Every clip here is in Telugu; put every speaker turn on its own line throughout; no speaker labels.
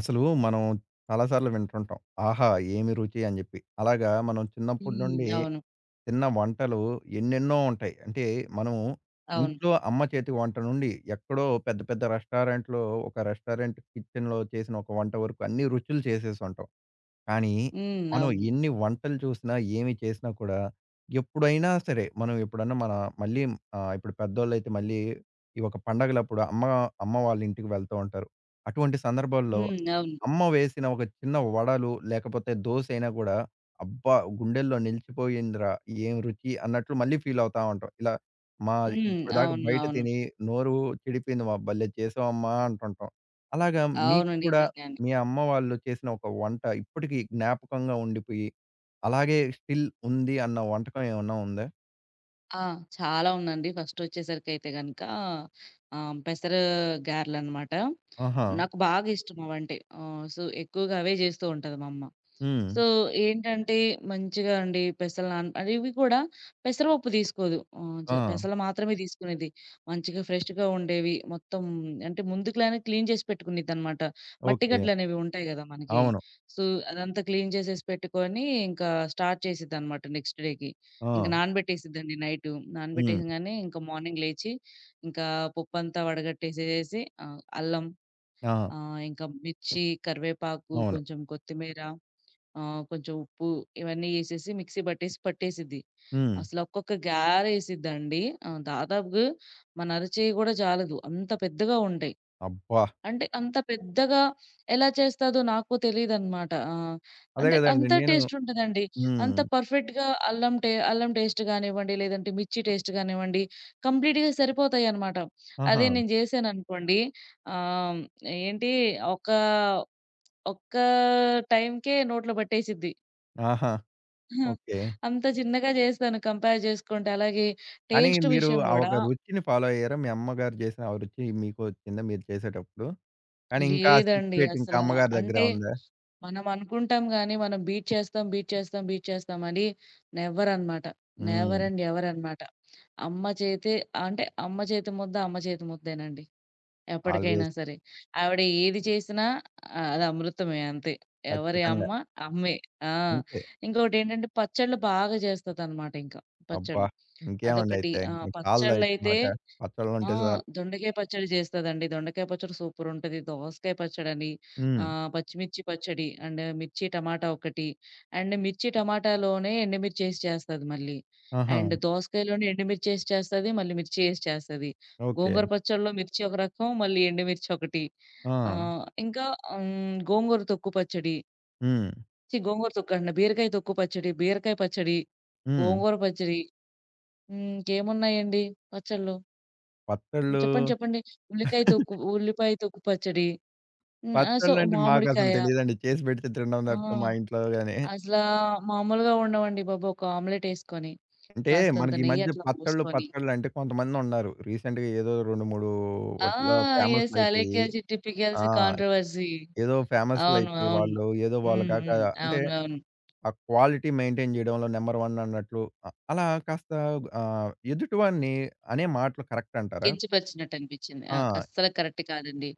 అసలు మనం చాలా సార్లు వింటుంటాం. 'ఆహా! ఏమి రుచి' అని జెప్పి. అలాగా మనం చిన్నప్పటి
హ్మ్.
నుండి
అవును.
తిన్న వంటలు ఎన్నెన్నో ఉంటాయి. అంటే మనము
అవును.
ఇంట్లో అమ్మ చేతి వంట నుండి ఎక్కడో పెద్ద పెద్ద రెస్టారెంట్‌లో ఒక రెస్టారెంట్ కిచెన్‌లో చేసిన ఒక వంట వరకు అన్ని రుచులు చేసేసుంటాం. కానీ
హ్మ్.
మనం
అవును.
ఎన్ని వంటలు చూసినా, ఏమి చేసినా కూడా ఎప్పుడైనా సరే మనం ఎప్పుడన్నా మన మళ్ళీ ఇప్పుడు పెద్దోళ్ళైతే మళ్ళీ ఈ ఒక పండగలప్పుడు అమ్మ అమ్మ వాళ్ళ ఇంటికి వెళ్తూ ఉంటారు. అటువంటి సందర్భాల్లో
హ్మ్. అవును.
అమ్మ వేసిన ఒక చిన్న వడలు, లేకపోతే దోసైనా గూడా, అబ్బా! గుండెల్లో నిలిచిపోయిందిరా! ఏం రుచి అన్నట్లు మళ్ళీ ఫీల్ అవుతా ఉంటాం. ఇలా మా
హ్మ్.
ఇప్పటిదాకా
అవును. అవును.
బయట
అవును.
తిని నోరు చెడిపోయింది. మా భలే చేసావమ్మా! అంటుంటాం. అలాగా మీకు
అవును.
కూడా
నిజంగానే.
మీ అమ్మ వాళ్ళు చేసిన ఒక వంట ఇప్పటికి జ్ఞాపకంగా ఉండిపోయి, అలాగే స్టిల్ ఉంది అన్న వంటకం ఏమన్నా ఉందా?
ఆ! చాలా ఉందండి. ఫస్టొచ్చేసరికైతే గనక పెసర గారెలనమాట.
ఆహా!
నాకు బాగా ఇష్టం అవంటే. ఎక్కువగా అవే జేస్తూ ఉంటది మా అమ్మ.
హ్మ్.
సో, ఏంటంటే మంచిగా అండి పెసలు నాన అది ఇవి కూడా పెసరపప్పు తీసుకోదు. ఆహ్,
ఆ!
చ పెసలు మాత్రమే తీసుకునేది. మంచిగా ఫ్రెష్‌గా ఉండేవి. మొత్తం అంటే ముందుగానే క్లీన్ చేసి పెట్టుకునిద్దనమాట. మట్టి
ఓకే.
గడ్డలనేవి ఉంటాయి గదా! మనకి.
అవును.
సో, అదంతా క్లీన్ చేసేసి పెట్టుకొని ఇంకా స్టార్ట్ చేసిద్దనమాట నెక్స్ట్ డేకి. ఇంక
ఆ!
నానబెట్టేసిద్దండి నైటు.
హ్మ్.
నానబెట్టేసంగానే ఇంక మార్నింగ్ లేచి, ఇంకా పప్పంతా వడగట్టేసేసేసి అల్లం,
ఆ!
ఇంకా మిర్చి, కరివేపాకు,
అవును.
కొంచెం కొత్తిమీర, కొంచెం ఉప్పు ఇవన్నీ ఏసేసి మిక్సీ పట్టేసిద్ది.
హ్మ్.
అసలు ఒక్కొక్క గారేసిద్దండి. దాదాపుగా మన అరచేయి గూడా జాలదు. అంత పెద్దగా ఉంటాయి.
అబ్బా!
అంటే అంత పెద్దగా ఎలా చేస్తాదో నాకు తెలీదనమాట.
అదే
అంటే
గదండీ!
అంత
నేను
టేస్ట్ ఉంటదండి. అంత
హ్మ్.
పర్ఫెక్ట్‌గా అల్లం టేస్ట్ గానివ్వండి, లేదంటే మిర్చి టేస్ట్ గానివ్వండి, కంప్లీట్‌గా సరిపోతాయనమాట.
ఆహా!
అదే నేను జేశాననుకోండి ఆహ్, ఏంటి ఒక ఒక్క టైమ్‌కే నోట్లో పట్టేసిద్ది.
ఆహా! ఓకే.
అంత చిన్నగా జేస్తాను కంపేర్ జేసుకుంటే. అలాగే
కానీ
టేస్ట్
మీరు
విషయం
ఆ
గూడా
ఒక రుచిని ఫాలో అయ్యారా? మీ అమ్మగారు చేసిన ఆ రుచి మీకు వచ్చిందా మీరు చేసేటప్పుడు? కానీ ఇంకా ఆ
లేదండి
సీక్రెట్ ఇంకా
అసల.
అమ్మగారి దగ్గరే
అంటే
ఉందా?
మనం అనుకుంటాం గానీ, మనం బీట్ చేస్తాం, బీట్ చేస్తాం, బీట్ చేస్తాం అని నెవర్ అనమాట. నెవర్
హ్మ్.
అండ్ ఎవర్ అనమాట. అమ్మ చేతి అంటే అమ్మ చేతి ముద్ద, అమ్మ చేతి ముద్దేనండి. ఎప్పటికైనా
ఆల్‌వేస్
సరే. ఆవిడ ఏది చేసినా అది అమృతమే అంతే. ఎవరి
ఖచ్చితంగా.
అమ్మ అమ్మే. ఆ!
అంతే.
ఇంకోటేంటంటే పచ్చళ్ళు బాగా చేస్తదనమాట ఇంకా.
అబ్బా!
పచ్చళ్ళు.
ఇంకేమండి
అదొకటి.
అయితే.
ఆ!
మీ కాళ్ళు అయితే
పచ్చళ్ళైతే
మనక
ఆ!
పచ్చళ్ళుంటే చాలు.
దొండకాయ పచ్చడి జేస్తదండి. దొండకాయ పచ్చడి సూపరుంటది. దోసకాయ పచ్చడని,
హ్మ్.
పచ్చిమిర్చి పచ్చడి అండ్ మిర్చి టమాటా ఒకటి. అండ్ మిర్చి టమాటాలోనే ఎండుమిర్చేసి చేస్తది మళ్ళీ.
ఆహా!
అండ్ దోసకాయలోనే ఎండుమిర్చేసి చేస్తది. మళ్ళీ మిర్చి ఏసి చేస్తది.
ఓకే.
గోంగూర పచ్చడిలో మిర్చి ఒక రకం, మళ్ళీ ఎండుమిర్చి ఒకటి.
ఆ!
ఆహ్, ఇంకా గోంగూర తొక్కు పచ్చడి.
హ్మ్.
ఛీ! గోంగూర తొక్కు అంటున్నా. బీరకాయ తొక్కు పచ్చడి, బీరకాయ పచ్చడి,
హ్మ్.
గోంగూర పచ్చడి. ఇంకేమున్నాయండి పచ్చళ్ళు? హ్మ్.
పచ్చళ్ళు,
చెప్పండి. చెప్పండి. ఉల్లికాయ తొక్కు ఉల్లిపాయ తొక్కు పచ్చడి.
పచ్చళ్ళంటే మాకసలు
మామిడికాయ.
తెలీదండి. చేసి పెడితే తినడం
ఆ!
తప్పితే మా ఇంట్లో గాని.
అసలా మామూలుగా ఉండవండి బాబు. ఒక ఆమ్లెటేసుకొని,
అంటే
కాస్తంత
మనకి ఈ
నెయ్యి
మధ్య
అట్లా
పచ్చళ్ళు,
పోసుకొని.
పచ్చళ్ళు అంటే కొంతమందున్నారు. రీసెంట్‌గా ఏదో 2, 3
ఆ!
వాటిలో
యెస్.
ఫేమస్‌లయిపోయి
'అలేఖ్యా చిట్టి
ఆ!
Pickles' controversy.
ఏదో
అవును.
ఫేమస్‌లయిపోయి
అవును.
వాళ్ళు ఏదో వాళ్ళ
హ్మ్.
కాక
హ్మ్.
అంటే
అవును. అవును.
ఆ క్వాలిటీ మెయింటైన్ చేయడంలో నంబర్ 1 అన్నట్లు అలా కాస్త ఎదుటివాడిని అనే మాటలు కరెక్ట్ అంటారా?
కించపరిచినట్టనిపిచ్చింది. ఆ!
ఆ!
అస్సలు కరెక్ట్ కాదండి.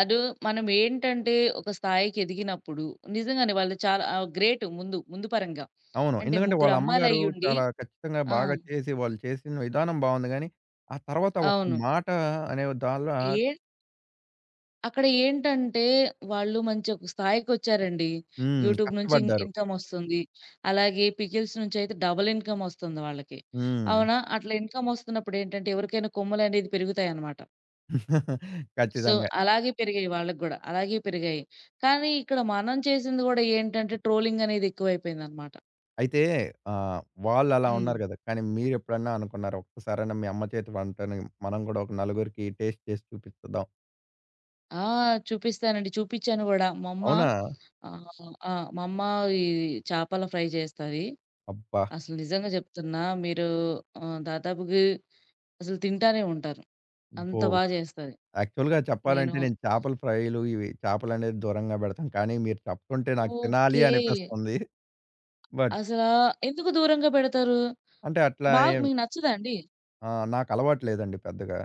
అదూ మనమేంటంటే, ఒక స్థాయికెదిగినప్పుడు నిజంగానే వాళ్ళు చాలా గ్రేట్ ముందు పరంగా.
అవును.
అంటే
ఎందుకంటే
ముగ్గురు
వాళ్ళ అమ్మగారు
అమ్మాయిలయ్యుండి
చాలా ఖచ్చితంగా
ఆ!
బాగా చేసి వాళ్ళు చేసిన విధానం బావుంది గానీ, ఆ తర్వాత ఒక్క
అవును.
మాట అనే దానిలో
ఏ అక్కడ ఏంటంటే, వాళ్ళు మంచి ఒక స్థాయికొచ్చారండి.
హ్మ్.
యూట్యూబ్ నుంచి
కష్టపడ్డారు.
ఇన్‌కమొస్తుంది. అలాగే పికిల్స్ నుంచయితే డబుల్ ఇన్‌కమొస్తుంది వాళ్ళకి.
హ్మ్.
అవునా? అట్లా ఇన్‌కమొస్తున్నప్పుడేంటంటే, ఎవరికైనా కొమ్ములనేది పెరుగుతాయనమాట. సో,
ఖచ్చితంగా.
అలాగే పెరిగాయి వాళ్ళకి గూడా. అలాగే పెరిగాయి. కానీ ఇక్కడ మనం చేసింది గూడా ఏంటంటే, ట్రోలింగనేది ఎక్కువైపోయిందనమాట.
అయితే వాళ్ళలా
హ్మ్.
ఉన్నారు గదా! కానీ మీరెప్పుడన్నా అనుకున్నారా? ఒక్కసారైనా మీ అమ్మ చేతి వంటని మనం గూడా ఒక నలుగురికి టేస్ట్ చేసి చూపిచ్చుదాం.
ఆ! చూపిస్తానండి. చూపిచ్చాను గూడా. మా అమ్మ
అవునా?
ఆహ్, ఆ! మా అమ్మ ఈ చేపల ఫ్రై చేస్తది.
అబ్బా!
అసలు నిజంగా చెప్తున్నా మీరు దాదాపుగా అసలు తింటానే ఉంటారు. అంత
అబ్బో!
బా చేస్తది.
యాక్చువల్‌గా
నేను
చెప్పాలంటే నేను చేపల ఫ్రైలు, ఇవి చేపలనేది దూరంగా బెడతాను. కానీ మీరు చెప్తుంటే నాకు తినాలి
ఓకే.
అనిపిస్తుంది. బట్
అసలా ఎందుకు దూరంగా పెడతారు?
అంటే అట్లా
బాగా
ఏం
మీకు నచ్చదా అండి?
ఆ! నాకలవాటు లేదండి పెద్దగా.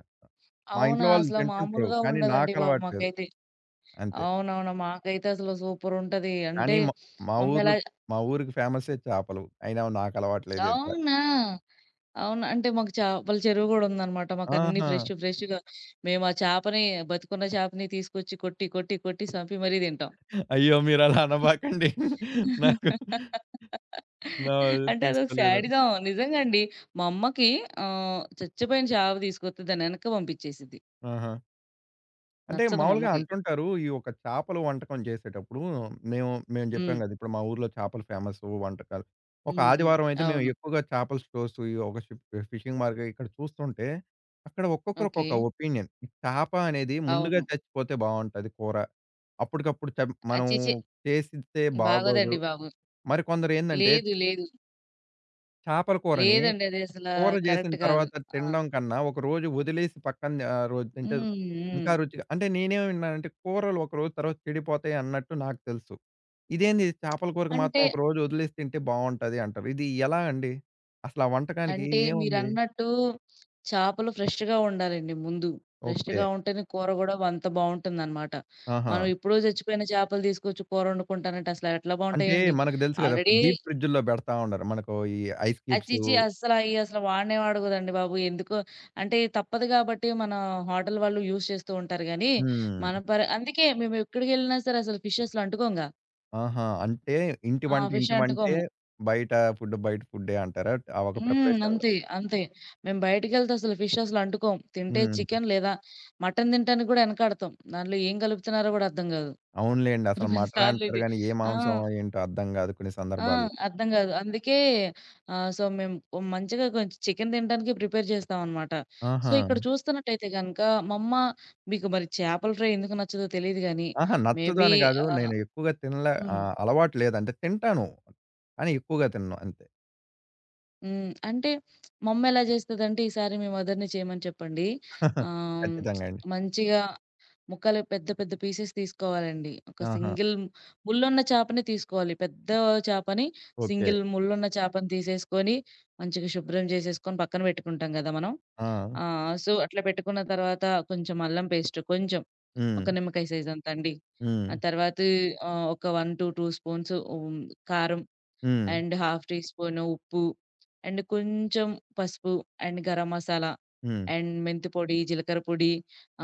మా
అవునా?
ఇంట్లో వాళ్ళు
అసల
తింటుంటారు.
మామూలుగా
కానీ
ఉండదండి బాబు
నాకలవాట్లేదు.
మాకైతే.
అంతే.
అవునవును. మాకైతే అసలు సూపరుంటది. అంటే
కానీ మా మా ఊరు
మమ్మేలా
మా ఊరికి ఫేమస్సే చేపలు. అయినా నాకలవాట్లేదు.
అవునా? అవును. అంటే మాకు చేపల చెరువు గూడా ఉందనమాట. మాకన్నీ
ఆహా!
ఫ్రెష్ ఫ్రెష్‌గా మేము ఆ చేపని బతికున్న చేపని తీసుకొచ్చి కొట్టి, కొట్టి, కొట్టి సంపి మరీ తింటాం.
అయ్యో! మీరలా అనబాకండి. నాకు నా
అంటే అదొక
తీసుకోలేను.
శాడిజం. నిజంగా అండి. మా అమ్మకి చచ్చిపోయిన చావ తీసుకొస్తే దాన్నెనక్కి పంపించేసిద్ది.
ఆహా! అంటే
నచ్చదు మా
మామూలుగా
అమ్మకి.
అంటుంటారు. ఈ ఒక చేపల వంటకం జేసేటప్పుడు మేము
హ్మ్.
జెప్పాం గదా! ఇప్పుడు మా ఊర్లో చేపలు ఫేమసు వంటకాలు. ఒక
హ్మ్. హ్మ్.
ఆదివారం అయితే మేము
అవును.
ఎక్కువగా చేపల స్టోర్స్ ఈ ఒక షిప్ ఫిషింగ్ మార్కెట్ ఇక్కడ చూస్తుంటే, అక్కడ ఒక్కొక్కరు
ఓకే.
ఒక్కొక్క ఒపీనియన్. ఈ చేప అనేది ముందుగా
అవును.
చచ్చిపోతే బావుంటది కూర. అప్పటికప్పుడు చం మనం
అచ్చీఛీ!
చేసిస్తే బాగోదు.
బాగోదండి బాబు.
మరికొందరేందంటే
లేదు. లేదు.
చేపల కూరని
లేదండి. అది అసలా
కూర జేసిన
కరెక్ట్ కాదు.
తర్వాత
ఆ!
తినడం కన్నా, ఒక రోజు వదిలేసి పక్కన రోజు తింటే
హ్మ్. హ్మ్.
ఇంకా రుచిగా అంటే నేనేం విన్నానంటే కూరలు ఒకరోజు తర్వాత చెడిపోతాయి అన్నట్టు నాకు తెలుసు. ఇదేంది చేపల కూరకి
అంటే,
మాత్రం ఒక రోజు వదిలేసి తింటే బావుంటది అంటారు. ఇది ఎలా అండి? అసలు ఆ వంటకానికి
అంటే,
ఏముంది?
మీరన్నట్టు చేపలు ఫ్రెష్‌గా ఉండాలండి ముందు.
ఓకే.
ఫ్రెష్‌గా ఉంటేనే కూర గూడా అంత బావుంటుందనమాట.
ఆహా!
మనం ఎప్పుడో చచ్చిపోయిన చేపలు తీసుకొచ్చి కూరొండుకుంటానంటే అసలు ఎట్లా
అంటే
బావుంటాయండి.
మనకు తెలుసు కదా!
ఆల్రెడీ
డీప్ ఫ్రిడ్జ్‌ల్లో పెడతా ఉండరు. మనకు ఈ ఐస్ క్యూబ్స్
అచ్చిచ్చి అస్సల అయి అసలు వాడనే వాడకూడదండి బాబు. ఎందుకో అంటే తప్పదు గాబట్టి మన హోటల్ వాళ్ళు యూజ్ చేస్తూ ఉంటారు గానీ,
హ్మ్.
మన పర అందుకే మేమెక్కడికెళ్ళినా సరే అసలు ఫిష్ అసలు అంటుకోంగా.
ఆహా! అంటే ఇంటి
ఆ!
వంట
ఫిష్
ఇంటి వంటే,
అంటుకోము.
బయట ఫుడ్ బయట ఫుడ్డే అంటారా? ఆ ఒక
హ్మ్.
ప్రిపరేషన్‌లో.
అంతే. అంతే. మేము బయటికెళ్తే అసలు ఫిష్ అసలు అంటుకోం. తింటే
హ్మ్.
చికెన్ లేదా మటన్ తినటానికి గూడా ఎనకాడతాం. దాంట్లో ఏం కలుపుతున్నారో గూడా అర్థం గాదు.
అవునులేండి.
కొన్ని
అసలు
కొన్ని
మటన్
సార్లు
అంటారు
ఇది.
గానీ, ఏ
ఆ!
మాంసం ఏంటో అర్థం గాదు కొన్ని
ఆ!
సందర్భాల్లో.
అర్థం గాదు. అందుకే మేము మంచిగా కొంచెం చికెన్ తినడానికి ప్రిపేర్ చేస్తామనమాట.
ఆహా!
ఇక్కడ చూస్తున్నట్టయితే గనక మా అమ్మ మీకు మరి చేపల ఫ్రై ఎందుకు నచ్చదో తెలీదు గానీ,
ఆహా! నచ్చదు
మేబీ
అని గాదు.
ఆహ్,
నేను ఎక్కువగా తినలే
హ్మ్.
అలవాటు లేదు. అంటే తింటాను. కానీ ఎక్కువగా తినను అంతే.
హ్మ్. అంటే మా అమ్మ ఎలా చేస్తదంటే, ఈసారి మీ మదర్‌ని చేయమని చెప్పండి. ఆహ్,
ఖచ్చితంగా అండి.
మంచిగా ముక్కలు పెద్ద పెద్ద పీసెస్ తీసుకోవాలండి. ఒక
ఆహా!
సింగిల్ ముళ్ళున్న చేపని తీసుకోవాలి. పెద్ద చేపని
ఓకే.
సింగిల్ ముళ్ళున్న చేపని తీసేసుకొని, మంచిగా శుభ్రం చేసేసుకొని పక్కన పెట్టుకుంటాం గదా మనం.
ఆ!
ఆ! అట్లా పెట్టుకున్న తర్వాత కొంచెం అల్లం పేస్ట్ కొంచెం
హ్మ్.
ఒక నిమ్మకాయ సైజ్ అంత అండి.
హ్మ్.
ఆ తర్వాత ఒక 1-2 స్పూన్స్ కారం
హ్మ్.
అండ్ హాఫ్ టీ స్పూన్ ఉప్పు, అండ్ కొంచెం పసుపు, అండ్ గరం మసాలా
హ్మ్.
అండ్ మెంతి పొడి, జీలకర్ర పొడి,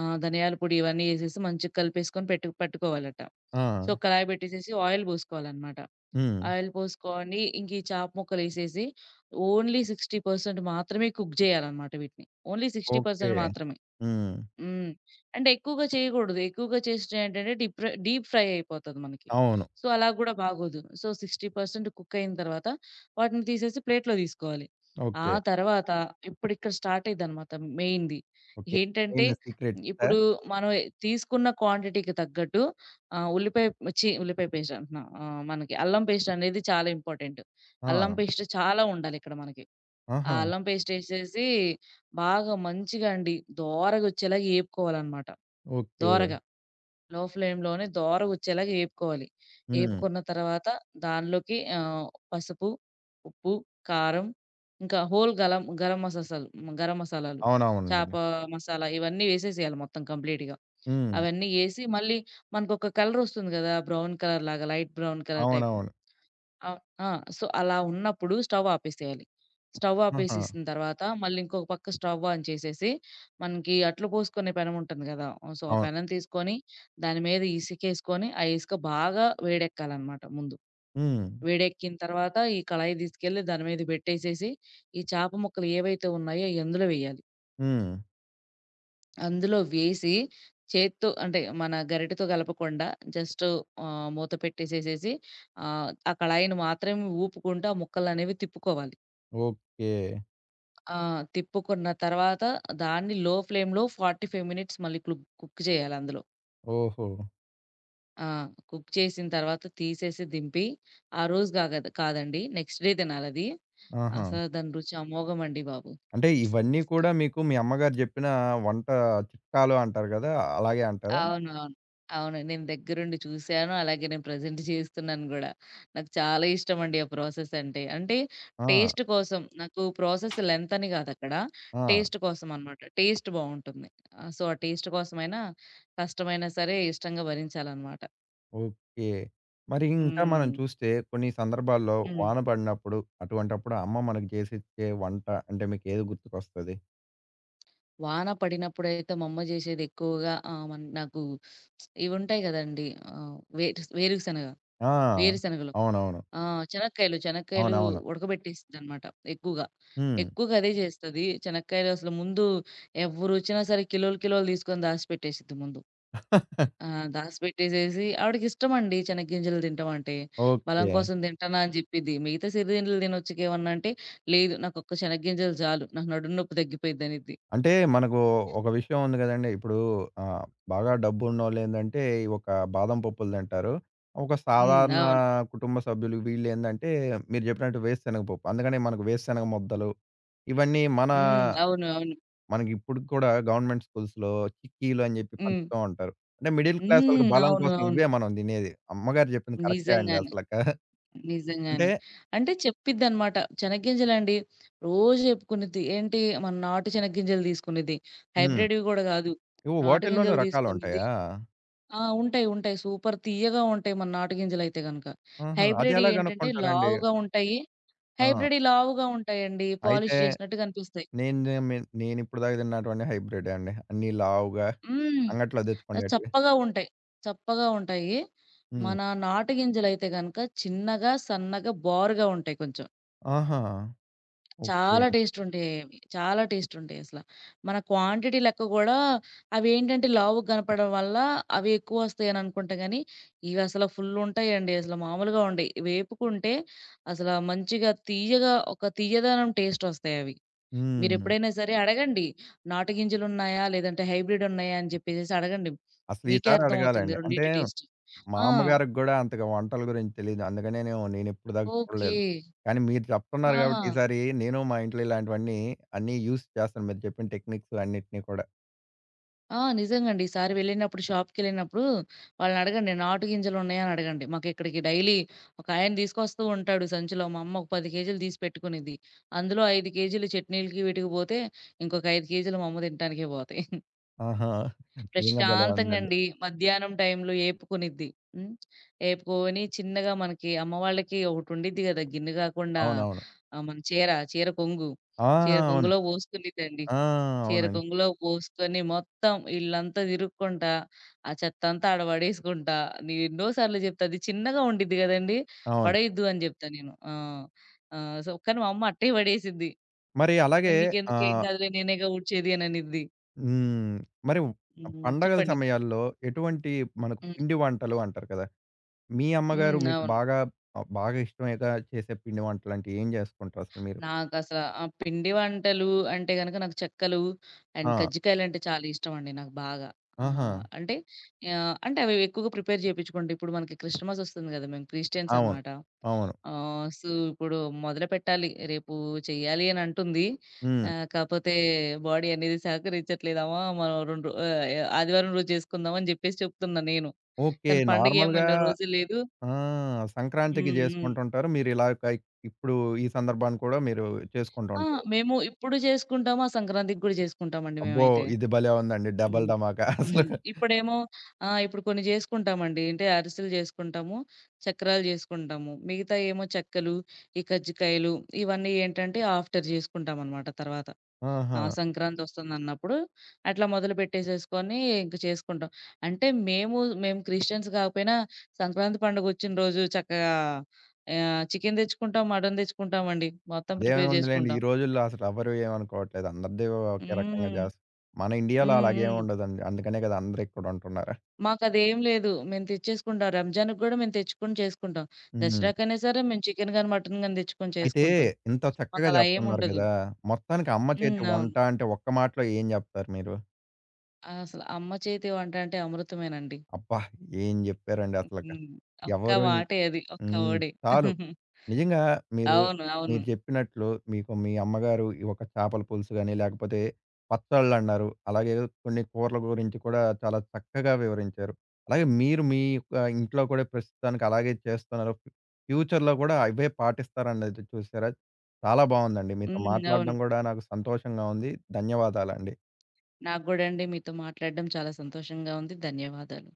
ధనియాల పొడి ఇవన్నీ ఏసేసి మంచిగా కలిపేసుకొని పట్టుకోవాలట.
ఆ!
కళాయి పెట్టేసేసి ఆయిల్ పోసుకోవాలనమాట.
హ్మ్.
ఆయిల్ పోసుకొని ఇంక ఈ చాప ముక్కలేసేసి ఓన్లీ 60% మాత్రమే కుక్ జేయాలనమాట వీటిని. Only
okay.
60% మాత్రమే.
హ్మ్.
హ్మ్. అంటే ఎక్కువగా చేయకూడదు. ఎక్కువగా చేస్తే ఏంటంటే డీప్ ఫ్రై అయిపోతది మనకి.
అవును.
అలా గూడా బాగోదు. 60% కుక్ అయిన తర్వాత వాటిని తీసేసి ప్లేట్‌లో తీసుకోవాలి. ఆ
ఓకే.
తర్వాత ఇప్పుడిక్కడ స్టార్ట్ అయిద్దనమాట మెయిన్‌ది.
ఓకే.
ఏంటంటే
మెయిన్ సీక్రెటా?
ఇప్పుడు మనం తీసుకున్న క్వాంటిటీకి తగ్గట్టు ఆహ్, ఉల్లిపాయ ఛీ! ఉల్లిపాయ పేస్ట్ అంటున్నా. మనకి అల్లం పేస్ట్ అనేది చాలా ఇంపార్టెంట్.
ఆ!
అల్లం పేస్ట్ చాలా ఉండాలిక్కడ మనకి. ఆ
ఆహా!
అల్లం పేస్టేసేసి బాగా మంచిగా అండి దోరగొచ్చేలాగా ఏపుకోవాలనమాట.
ఓకే.
దోరగా. లో ఫ్లేమ్‌లోనే దోరగొచ్చేలాగా ఏపుకోవాలి.
హ్మ్.
ఏపుకున్న తర్వాత దానిలోకి పసుపు, ఉప్పు, కారం ఇంకా హోల్ గలం గరం మసాసాలు గరం మసాలాలు, చాప
అవునవునండి.
మసాలా ఇవన్నీ వేసేసేయాలి మొత్తం కంప్లీట్‌గా.
హ్మ్.
అవన్నీ ఏసి మళ్ళీ మనకొక కలరొస్తుంది గదా! బ్రౌన్ కలర్ లాగా లైట్ బ్రౌన్ కలర్ టైపు.
అవునవును.
అవ్ ఆ! అలా ఉన్నప్పుడు స్టవ్ ఆపేసేయాలి. స్టవ్
ఆహా!
ఆపేసేసిన తర్వాత మళ్ళీ ఇంకొక పక్క స్టవ్ ఆన్ చేసేసి, మనకి అట్లు పోసుకునే పెనం ఉంటుంది గదా! ఆ
అవును.
పెనం తీసుకొని దాని మీద ఇసుకేసుకొని, ఆ ఇసుక బాగా వేడెక్కాలనమాట ముందు.
హ్మ్.
వేడెక్కిన తర్వాత ఈ కళాయి తీసుకెళ్ళి దాని మీద పెట్టేసేసి, ఈ చేప ముక్కలు ఏవైతే ఉన్నాయో అయి అందులో వేయాలి.
హ్మ్.
అందులో వేసి చేత్తో అంటే మన గరిటెతో కలపకుండా జస్ట్ మూత పెట్టేసేసేసి ఆ కళాయిని మాత్రమే ఊపుకుంటూ ఆ ముక్కలనేవి తిప్పుకోవాలి.
ఓకే.
ఆ! తిప్పుకున్న తర్వాత దాన్ని లో ఫ్లేమ్‌లో 45 మినిట్స్ మళ్ళీ కుక్ చేయాలి అందులో.
ఓహో!
ఆ! కుక్ చేసిన తర్వాత తీసేసి దింపి, ఆ రోజు కాగదు కాదండి నెక్స్ట్ డే తినాలది.
ఆహా!
అసలు దాని రుచి అమోఘమండి బాబు.
అంటే ఇవన్నీ కూడా మీకు మీ అమ్మగారు జెప్పిన వంట చిట్కాలు అంటారు గదా! అలాగే అంటారా?
అవునవును. అవును. అవును. నేను దగ్గరుండి చూసాను. అలాగే నేను ప్రెజెంట్ చేస్తున్నాను గూడా. నాకు చాలా ఇష్టమండి ఆ ప్రాసెస్ అంటే. అంటే
ఆ!
టేస్ట్ కోసం నాకు ప్రాసెస్ లెంత్ అని గాదక్కడ.
ఆ!
టేస్ట్ కోసం అన్నమాట. టేస్ట్ బావుంటుంది. ఆ టేస్ట్ కోసమైనా కష్టమైనా సరే ఇష్టంగా భరించాలన్నమాట.
ఓకే. మరి ఇంకా మనం
హ్మ్.
చూస్తే కొన్ని సందర్భాల్లో
హ్మ్.
వాన పడినప్పుడు అటువంటప్పుడు అమ్మ మనకు జేసిచ్చే వంట అంటే మీకేది గుర్తుకొస్తది?
వాన పడినప్పుడైతే మా అమ్మ జేసేది ఎక్కువగా ఆహ్, మన్ నాకు ఇవుంటాయి గదండీ! ఆహ్, వేరుస్ వేరుశనగ.
ఆ!
వేరుశనగలు.
అవునవును.
ఆ! చెనక్కాయలు
అవునవును.
ఉడకబెట్టేసిద్దనమాట ఎక్కువగా.
హ్మ్.
ఎక్కువగా అదే చేస్తది. చెనక్కాయలు అసలు ముందు ఎవ్వరొచ్చినా సరే కిలోలు తీసుకొని దాసిపెట్టేసిద్ది ముందు. ఆ! దాసిపెట్టేసేసి ఆవిడకిష్టమండి చెనగ్గింజలు తింటం అంటే. బలం
ఓకే.
కోసం తింటానా అని జెప్పిద్ది. మిగతా సిరిదిండ్లు తినొచ్చుకేమన్నా అంటే, లేదు నాకొక్క చెనగ్గింజలు చాలు. నాకు నడుం నొప్పి తగ్గిపోయిద్దనిద్ది.
అంటే మనకు ఒక విషయం ఉంది కదండీ. ఇప్పుడు ఆహ్, బాగా డబ్బున్నోళ్ళేందంటే ఈ ఒక బాదం పప్పులు తింటారు. ఒక
హ్మ్.
సాధారణ
అవును.
కుటుంబ సభ్యులు వీళ్ళేందంటే మీరు చెప్పినట్టు వేరుశెనగ పప్పు. అందుకనే మనకు వేరుశెనగ ముద్దలు ఇవన్నీ మన
హ్మ్. అవును. అవును.
మనకిప్పుడికి కూడా గవర్నమెంట్ స్కూల్స్‌లో చిక్కీలు అని చెప్పి
హ్మ్.
పంచుతూ ఉంటారు. అంటే మిడిల్ క్లాస్ వాళ్ళకి
హ్మ్.
బలం
అవును.
కోసం
అవును.
ఇవే మనం తినేది. అమ్మగారు చెప్పింది కరెక్టే అండి
నిజంగానే.
అసలక. అంటే
నిజంగానే. అంటే చెప్పిద్దనమాట. చెనగ్గింజలండి రోజు చెప్పుకునిద్ది. ఏంటి మన నాటు చెనగ్గింజలు తీసుకునిద్ది.
హ్మ్.
హైబ్రిడ్‌వి గూడా గాదు.
ఓహ్!
నాటు
వాటిల్లోనూ
గింజలు తీసుకునిద్ది.
రకాలుంటాయా?
ఆ! ఉంటాయి. ఉంటాయి. సూపర్ తియ్యగా ఉంటాయి మన నాటు గింజలైతే గనక.
ఆహా!
హైబ్రిడ్‌యి
అదెలా
ఏంటంటే
కనుక్కుంటారండి?
లావుగా ఉంటాయి.
ఆ!
హైబ్రిడ్‌యి లావుగా ఉంటాయండి.
అయితే
పాలిష్ జేసినట్టు కనిపిస్తాయి.
నేను నేను మే నేనిప్పుడు దాకా తిన్నటివన్నీ హైబ్రిడే అండి. అన్నీ లావుగా
హ్మ్.
అంగట్లో తెచ్చుకునేటివి.
చప్పగా ఉంటాయి. చప్పగా ఉంటాయి.
హ్మ్.
మన నాటు గింజలైతే గనక చిన్నగా, సన్నగా, బారుగా ఉంటాయి కొంచెం.
ఆహా! ఓకే.
చాలా టేస్టుంటాయేవి. చాలా టేస్టుంటాయసల. మన క్వాంటిటీ లెక్క గూడా అవేంటంటే లావుగా కనపడడం వల్ల అవి ఎక్కువొస్తాయననుకుంటా గానీ, ఇవసల ఫుల్లుంటాయండి. అసలు మామూలుగా ఉండయి. వేపుకుంటే అసల మంచిగా తియ్యగా ఒక తియ్యదనం టేస్టొస్తాయవి.
హ్మ్.
మీరెప్పుడైనా సరే అడగండి. నాటు గింజలున్నాయా? లేదంటే హైబ్రిడున్నాయా? అని జెప్పేసేసి అడగండి.
అసలు
మీకే
ఈసారి
అర్థమవుతుంది
అడగాలండి. అంటే
రెండిటి టేస్ట్.
మా
ఆ!
అమ్మగారికి గూడా అంతగా వంటల గురించి తెలీదు. అందుకనేనేమో నేనిప్పుడు దాకా
ఓకే.
చూడలేదు. కానీ మీరు చెప్తున్నారు
ఆహా!
గాబట్టి ఈసారి నేను మా ఇంట్లో ఇలాంటివన్నీ అన్నీ యూజ్ చేస్తాను మీరు చెప్పిన టెక్నిక్స్ అన్నిటిని కూడా.
ఆ! నిజంగండి. ఈసారి వెళ్ళినప్పుడు షాప్‌కెళ్ళినప్పుడు వాళ్ళనడగండి. నాటు గింజలున్నాయా అని అడగండి. మాకిక్కడికి డైలీ ఒకాయన తీసుకొస్తూ ఉంటాడు సంచిలో. మా అమ్మ ఒక 10 కేజీలు తీసి పెట్టుకునిద్ది. అందులో 5 కేజీలు చట్నీలకి వీటికి పోతే, ఇంకొక 5 కేజీలు మా అమ్మ తినటానికే పోతాయి.
ఆహా! నిజంగా భలే ఉందండి.
ప్రశాంతంగండి మధ్యాహ్నం టైంలో ఏపుకొనిద్ది. హ్మ్. ఏపుకొని చిన్నగా మనకి అమ్మ వాళ్ళకి ఒకటుండిద్ది గదా! గిన్నె గాకుండా
అవునవును.
మన చీర కొంగు.
ఆ!
చీర
అవును.
కొంగులో పోసుకునిద్దండి.
ఆ!
చీర
అవునండి.
కొంగులో పోసుకొని మొత్తం ఇల్లంతా తిరుక్కుంటా, ఆ చెత్తంతా ఆడ పడేసుకుంటా. నేను ఎన్నో సార్లు చెప్తా. అది చిన్నగా ఉండిద్ది గదండీ!
అవును.
పడేయొద్దు అని జెప్తా నేను. ఆ! కానీ మా అమ్మ అట్టే పడేసిద్ది.
మరి అలాగే
"నీకెందుకు ఏం
ఆహ్
కాదులే నేనేగా ఊడ్చేది" అని అనిద్ది.
హ్మ్. మరి
హ్మ్.
పండగల
చెప్పండి.
సమయాల్లో ఎటువంటి మనకు
హ్మ్.
పిండి వంటలు అంటారు కదా! మీ
హ్మ్.
అమ్మగారు మీకు
అవును.
బాగా బాగా ఇష్టంగా చేసే పిండి వంటలంటే ఏం జేసుకుంటారు అసలు మీరు?
నాకసల ఆ పిండి వంటలు అంటే గనక నాకు చెక్కలు అండ్
ఆ!
కజ్జికాయలంటే చాలా ఇష్టమండి నాకు బాగా. ఆ!
ఆహా!
అంటే అంటే అవి ఎక్కువగా ప్రిపేర్ జేపించుకుంట. ఇప్పుడు మనకి క్రిస్టమస్ ఒస్తుంది గదా! మేము క్రిస్టియన్స్
అవును.
అన్నమాట.
అవును.
ఇప్పుడు మొదలుపెట్టాలి. రేపు చెయ్యాలి అని అంటుంది.
హ్మ్.
కాపోతే బాడీ అనేది సహకరించట్లేదు. అమ్మా! మనం 2 రో ఆహ్, యాహ్! ఆదివారం రోజు చేసుకుందాం అని జెప్పేసి చెప్తున్నా నేను.
ఓకే.
కానీ పండగ ఏమి
నార్మల్‌గా
ఇన్ని రోజులు లేదు.
ఆ! సంక్రాంతికి
హ్మ్. హ్మ్.
జేసుకుంటుంటారు. మీరు ఇలాగ ఇప్పుడు ఈ సందర్భాన్ని కూడా మీరు చేసుకుంటూ
ఆ!
ఉంటారు.
మేము ఇప్పుడు చేసుకుంటాము. ఆ సంక్రాంతికి గూడా చేసుకుంటామండి
అబ్బో!
మేమైతే.
ఇది భలే ఉందండి. డబుల్
హ్మ్.
ధమాకా అసలు.
హ్మ్. ఇప్పుడేమో ఆ! ఇప్పుడు కొన్ని జేసుకుంటామండి. అంటే అరిసెలు జేసుకుంటాము, చక్రాలు జేసుకుంటాము. మిగతాయేమో చెక్కలు, ఈ కజ్జికాయలు ఇవన్నీ ఏంటంటే ఆఫ్టర్ జేసుకుంటామనమాట తర్వాత. ఆ!
ఆహా!
సంక్రాంతొస్తుందన్నప్పుడు అట్లా మొదలు పెట్టేసేసుకొని ఇంక చేసుకుంటాం. అంటే మేము క్రిస్టియన్స్ కాకపోయినా సంక్రాంతి పండుగొచ్చిన రోజు చక్కగా చికెన్ తెచ్చుకుంటాం, మటన్ తెచ్చుకుంటామండి. మొత్తం ప్రిపేర్
అదేముందిలెండి. ఈ
చేసుకుంటాం.
రోజుల్లో అసలు ఎవరు ఏమనుకోవట్లేదు. అందరిది ఒకే రకంగా జేస్
హ్మ్.
మన ఇండియాలో
హ్మ్.
అలాగేమి
హ్మ్.
ఉండదండి. అందుకనే గదా! అందరూ ఇక్కడుంటున్నారు.
మాకదేం లేదు. మేము తెచ్చేసుకుంటాం. రంజాన్‌కి గూడా మేము తెచ్చుకొని చేసుకుంటాం.
హ్మ్.
దసరాకైనా సరే మేము చికెన్ గాని, మటన్ గాని తెచ్చుకొని
అయితే
చేసుకుంటాం.
ఇంత చక్కగా
మాకలా
జెప్తున్నారు
ఏముండదు.
గదా! మొత్తానికి అమ్మ
హ్మ్.
చేతి
అవును.
వంట అంటే ఒక్క మాటలో ఏం జెప్తారు మీరు?
అసలు అమ్మ చేతి వంట అంటే అమృతమేనండి.
అబ్బా! ఏం జెప్పారండి అసలక.
హ్మ్. ఒక్క
ఎవరు
మాటే అది. ఒక్క
హ్మ్.
ఓడే.
చాలు. నిజంగా మీరు,
అవును. అవును.
మీరు చెప్పినట్లు మీకు మీ అమ్మగారు ఈ ఒక చేపల పులుసు గాని, లేకపోతే పచ్చళ్ళన్నారు. అలాగే కొన్ని కూరల గురించి కూడా చాలా చక్కగా వివరించారు. అలాగే మీరు మీ యొక్క ఇంట్లో కూడా ప్రస్తుతానికి అలాగే చేస్తున్నారు. ఫ్యూచర్‌లో కూడా అవే పాటిస్తారన్నది చూసారా? చాలా బావుందండి. మీతో
హ్మ్. అవును.
మాట్లాడడం కూడా నాకు సంతోషంగా ఉంది. ధన్యవాదాలండి.
నాకు గూడా అండి మీతో మాట్లాడడం చాలా సంతోషంగా ఉంది. ధన్యవాదాలు.